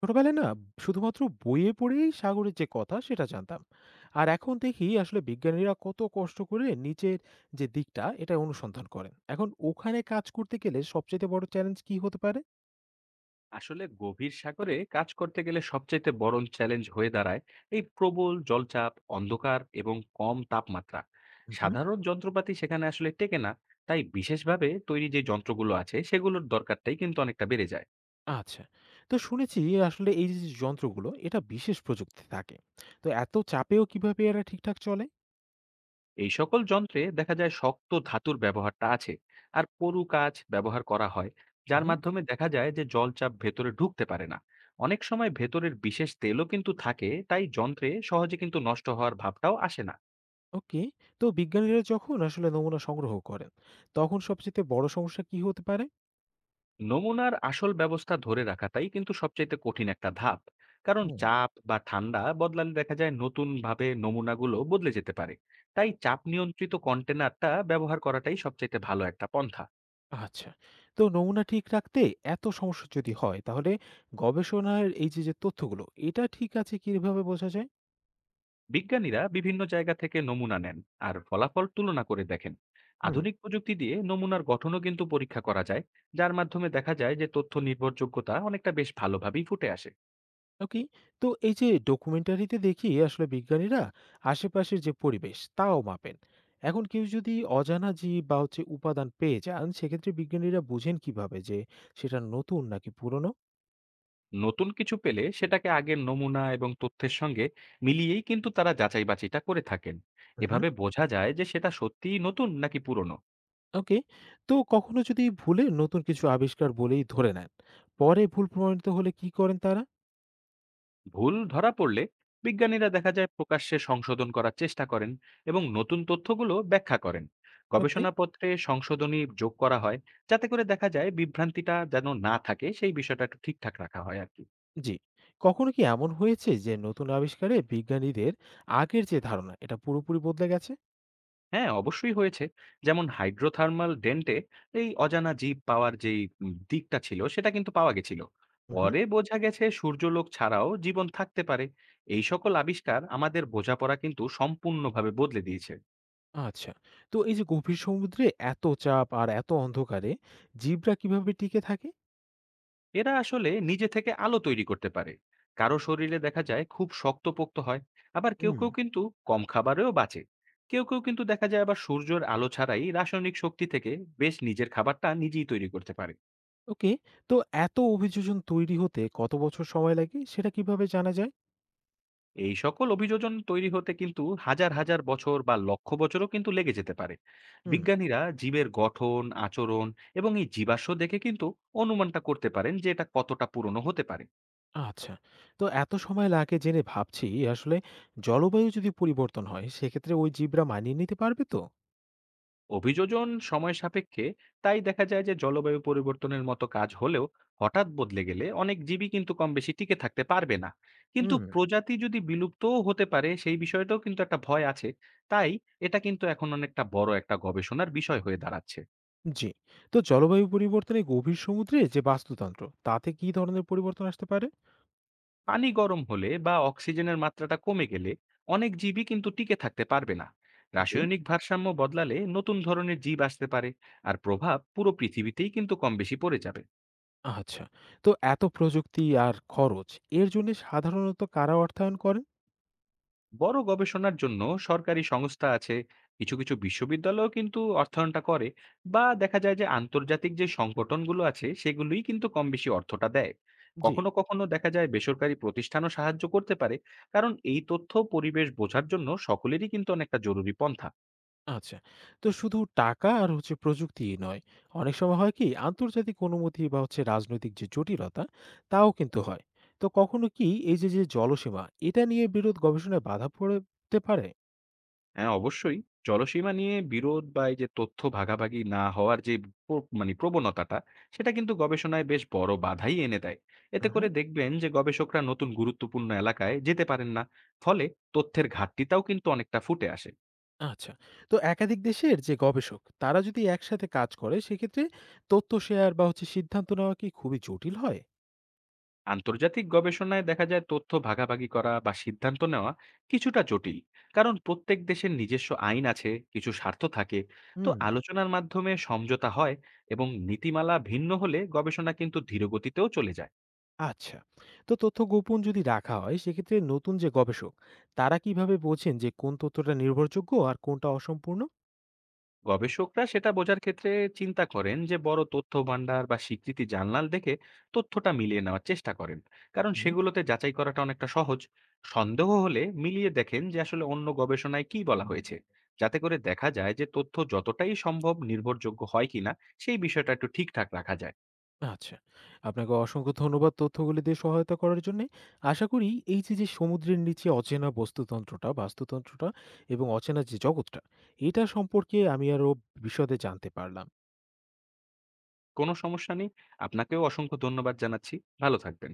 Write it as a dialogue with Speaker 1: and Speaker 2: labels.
Speaker 1: ছোটবেলায় না, শুধুমাত্র বইয়ে পড়েই সাগরের যে কথা সেটা জানতাম। আর এখন দেখি আসলে বিজ্ঞানীরা কত কষ্ট করে নিচের যে দিকটা এটা অনুসন্ধান করেন। এখন ওখানে কাজ করতে গেলে সবচেয়ে বড় চ্যালেঞ্জ কি হতে পারে?
Speaker 2: আসলে গভীর সাগরে কাজ করতে গেলে সবচাইতে বড় চ্যালেঞ্জ হয়ে দাঁড়ায় এই প্রবল জলচাপ, অন্ধকার এবং কম তাপমাত্রা।
Speaker 1: হুম।
Speaker 2: সাধারণ যন্ত্রপাতি সেখানে আসলে টেকে না। তাই বিশেষভাবে তৈরি যে যন্ত্রগুলো আছে সেগুলোর দরকারটাই কিন্তু অনেকটা বেড়ে যায়।
Speaker 1: আচ্ছা, তো শুনেছি আসলে এই যে যন্ত্রগুলো এটা বিশেষ প্রযুক্তি থাকে, তো এত চাপেও কিভাবে এরা ঠিকঠাক চলে?
Speaker 2: এই সকল যন্ত্রে দেখা যায় শক্ত ধাতুর ব্যবহারটা আছে, আর পরু কাজ ব্যবহার করা হয়, যার
Speaker 1: হুম।
Speaker 2: মাধ্যমে দেখা যায় যে জলচাপ ভেতরে ঢুকতে পারে না। অনেক সময় ভেতরের বিশেষ তেলও কিন্তু থাকে, তাই যন্ত্রে সহজে কিন্তু নষ্ট হওয়ার ভাবটাও আসে না।
Speaker 1: ওকে, তো বিজ্ঞানীরা যখন আসলে নমুনা সংগ্রহ করেন তখন সবচেয়ে বড় সমস্যা কি হতে পারে?
Speaker 2: নমুনার আসল ব্যবস্থা ধরে রাখাটাই কিন্তু সবচাইতে কঠিন একটা ধাপ। কারণ চাপ বা ঠান্ডা বদলালে দেখা যায় নতুন ভাবে নমুনাগুলো বদলে যেতে পারে। তাই চাপ নিয়ন্ত্রিত কন্টেনারটা ব্যবহার করাটাই সবচাইতে ভালো একটা পন্থা।
Speaker 1: আচ্ছা। তো নমুনা ঠিক রাখতে এত সমস্যা যদি হয়, তাহলে গবেষণার এই যে তথ্যগুলো এটা ঠিক আছে কিভাবে বোঝা যায়?
Speaker 2: বিজ্ঞানীরা বিভিন্ন জায়গা থেকে নমুনা নেন আর ফলাফল তুলনা করে দেখেন।
Speaker 1: হুম।
Speaker 2: আধুনিক প্রযুক্তি দিয়ে নমুনার গঠনও কিন্তু পরীক্ষা করা যায়, যার মাধ্যমে দেখা যায় যে তথ্য নির্ভরযোগ্যতা অনেকটা বেশ ভালোভাবেই ফুটে আসে।
Speaker 1: ওকে। তো এই যে ডকুমেন্টারিতে দেখি আসলে বিজ্ঞানীরা আশেপাশের যে পরিবেশ তাও মাপেন। এখন কেউ যদি অজানা জীব বা হচ্ছে উপাদান পেয়ে যান, সেক্ষেত্রে বিজ্ঞানীরা বুঝেন কিভাবে যে সেটা নতুন নাকি পুরনো?
Speaker 2: নতুন কিছু পেলে সেটাকে আগের নমুনা এবং তথ্যের সঙ্গে মিলিয়েই কিন্তু তারা যাচাই বাছাইটা করে থাকেন।
Speaker 1: হুম, হুম।
Speaker 2: এভাবে বোঝা যায় যে সেটা সত্যিই নতুন নাকি পুরনো।
Speaker 1: ওকে। তো কখনো যদি ভুলে নতুন কিছু আবিষ্কার বলেই ধরে নেন, পরে ভুল প্রমাণিত হলে কি করেন তারা?
Speaker 2: ভুল ধরা পড়লে বিজ্ঞানীরা দেখা যায় প্রকাশ্যে সংশোধন করার চেষ্টা করেন এবং নতুন তথ্যগুলো ব্যাখ্যা করেন।
Speaker 1: ওকে।
Speaker 2: গবেষণাপত্রে সংশোধনী যোগ করা হয়, যাতে করে দেখা যায় বিভ্রান্তিটা যেন না থাকে, সেই বিষয়টা একটু ঠিকঠাক রাখা হয় আর কি।
Speaker 1: জি। কখনো কি এমন হয়েছে যে নতুন আবিষ্কারে বিজ্ঞানীদের আগের যে ধারণা এটা পুরোপুরি বদলে গেছে?
Speaker 2: হ্যাঁ, অবশ্যই হয়েছে। যেমন হাইড্রোথার্মাল ডেন্টে এই অজানা জীব পাওয়ার যেই দিকটা ছিল সেটা কিন্তু পাওয়া গেছিল।
Speaker 1: হুম।
Speaker 2: পরে বোঝা গেছে সূর্যালোক ছাড়াও জীবন থাকতে পারে। এই সকল আবিষ্কার আমাদের বোঝাপড়া কিন্তু সম্পূর্ণভাবে বদলে দিয়েছে।
Speaker 1: আচ্ছা। তো এই যে গভীর সমুদ্রে এত চাপ আর এত অন্ধকারে জীবরা কিভাবে টিকে থাকে?
Speaker 2: এরা আসলে নিজে থেকে আলো তৈরি করতে পারে। কারো শরীরে দেখা যায় খুব শক্তপোক্ত হয়, আবার কেউ,
Speaker 1: হুম।
Speaker 2: কেউ কিন্তু কম খাবারেও বাঁচে। কেউ, কেউ কিন্তু দেখা যায় আবার সূর্যের আলো ছাড়াই রাসায়নিক শক্তি থেকে বেশ নিজের খাবারটা নিজেই তৈরি করতে পারে।
Speaker 1: ওকে। তো এত অভিযোজন তৈরি হতে কত বছর সময় লাগে সেটা কিভাবে জানা যায়?
Speaker 2: এই সকল অভিযোজন তৈরি হতে কিন্তু হাজার হাজার বছর বা লক্ষ বছরও কিন্তু লেগে যেতে পারে।
Speaker 1: হুম।
Speaker 2: বিজ্ঞানীরা জীবের গঠন, আচরণ এবং এই জীবাশ্ম দেখে কিন্তু অনুমানটা করতে পারেন যে এটা কতটা পুরনো হতে পারে।
Speaker 1: আচ্ছা। তো এত সময় লাগে জেনে ভাবছি আসলে জলবায়ু যদি পরিবর্তন হয় সেক্ষেত্রে ওই জীবরা মানিয়ে নিতে পারবে তো?
Speaker 2: অভিযোজন সময় সাপেক্ষে, তাই দেখা যায় যে জলবায়ু পরিবর্তনের মতো কাজ হলেও হঠাৎ বদলে গেলে অনেক জীবই কিন্তু কম বেশি টিকে থাকতে পারবে না। কিন্তু
Speaker 1: হুম।
Speaker 2: প্রজাতি যদি বিলুপ্তও হতে পারে, সেই বিষয়টাও কিন্তু একটা ভয় আছে। তাই এটা কিন্তু এখন অনেকটা বড় একটা গবেষণার বিষয় হয়ে দাঁড়াচ্ছে।
Speaker 1: জি। তো জলবায়ু পরিবর্তনে গভীর সমুদ্রে যে বাস্তুতন্ত্র তাতে কি ধরনের পরিবর্তন আসতে পারে?
Speaker 2: পানি গরম হলে বা অক্সিজেনের মাত্রাটা কমে গেলে অনেক জীবই কিন্তু টিকে থাকতে পারবে না।
Speaker 1: ওকে।
Speaker 2: রাসায়নিক ভারসাম্য বদলালে নতুন ধরনের জীব আসতে পারে। আর প্রভাব পুরো পৃথিবীতেই কিন্তু কম বেশি পড়ে যাবে।
Speaker 1: আচ্ছা, তো এত প্রযুক্তি আর খরচ, এর জন্য সাধারণত কারা অর্থায়ন করেন?
Speaker 2: বড় গবেষণার জন্য সরকারি সংস্থা আছে, কিছু কিছু বিশ্ববিদ্যালয়ও কিন্তু অর্থায়নটা করে, বা দেখা যায় যে আন্তর্জাতিক যে সংগঠনগুলো আছে সেগুলোই কিন্তু কম বেশি অর্থটা দেয়।
Speaker 1: জি।
Speaker 2: কখনো কখনো দেখা যায় বেসরকারি প্রতিষ্ঠানও সাহায্য করতে পারে, কারণ এই তথ্য পরিবেশ বোঝার জন্য সকলেরই কিন্তু অনেকটা জরুরি পন্থা।
Speaker 1: আচ্ছা। তো শুধু টাকা আর হচ্ছে প্রযুক্তি নয়, অনেক সময় হয় কি আন্তর্জাতিক অনুমতি বা হচ্ছে রাজনৈতিক যে জটিলতা তাও কিন্তু হয়। তো কখনো কি এই যে যে জলসীমা এটা নিয়ে বিরোধ গবেষণায় বাধা পড়তে পারে?
Speaker 2: হ্যাঁ, অবশ্যই। জলসীমা নিয়ে বিরোধ বা এই যে তথ্য ভাগাভাগি না হওয়ার যে প মানে প্রবণতাটা, সেটা কিন্তু গবেষণায় বেশ বড় বাধাই এনে দেয়। এতে করে দেখবেন যে গবেষকরা নতুন গুরুত্বপূর্ণ এলাকায় যেতে পারেন না। ফলে তথ্যের ঘাটতিটাও কিন্তু অনেকটা ফুটে আসে।
Speaker 1: আচ্ছা। তো একাধিক দেশের যে গবেষক তারা যদি একসাথে কাজ করে সেক্ষেত্রে তথ্য শেয়ার বা হচ্ছে সিদ্ধান্ত নেওয়া কি খুবই জটিল হয়?
Speaker 2: আন্তর্জাতিক গবেষণায় দেখা যায় তথ্য ভাগাভাগি করা বা সিদ্ধান্ত নেওয়া কিছুটা জটিল। কারণ প্রত্যেক দেশের নিজস্ব আইন আছে, কিছু স্বার্থ থাকে। তো
Speaker 1: হুম।
Speaker 2: আলোচনার মাধ্যমে সমঝোতা হয় এবং নীতিমালা ভিন্ন হলে গবেষণা কিন্তু ধীরগতিতেও চলে যায়।
Speaker 1: আচ্ছা। তো তথ্য গোপন যদি রাখা হয় সেক্ষেত্রে নতুন যে গবেষক তারা কিভাবে বোঝেন যে কোন তথ্যটা নির্ভরযোগ্য আর কোনটা অসম্পূর্ণ?
Speaker 2: গবেষকরা সেটা বোঝার ক্ষেত্রে চিন্তা করেন যে বড় তথ্য ভান্ডার বা স্বীকৃতি জার্নাল দেখে তথ্যটা মিলিয়ে নেওয়ার চেষ্টা করেন, কারণ
Speaker 1: হুম।
Speaker 2: সেগুলোতে যাচাই করাটা অনেকটা সহজ। সন্দেহ হলে মিলিয়ে দেখেন যে আসলে অন্য গবেষণায় কি বলা হয়েছে, যাতে করে দেখা যায় যে তথ্য যতটাই সম্ভব নির্ভরযোগ্য হয় কিনা, সেই বিষয়টা একটু ঠিকঠাক রাখা যায়।
Speaker 1: আচ্ছা। আপনাকে অসংখ্য ধন্যবাদ তথ্যগুলি দিয়ে সহায়তা করার জন্যে। আশা করি এই যে, যে সমুদ্রের নিচে অচেনা বাস্তুতন্ত্রটা এবং অচেনা যে জগৎটা, এটা সম্পর্কে আমি আরো বিশদে জানতে পারলাম।
Speaker 2: কোনো সমস্যা নেই। আপনাকেও অসংখ্য ধন্যবাদ জানাচ্ছি। ভালো থাকবেন।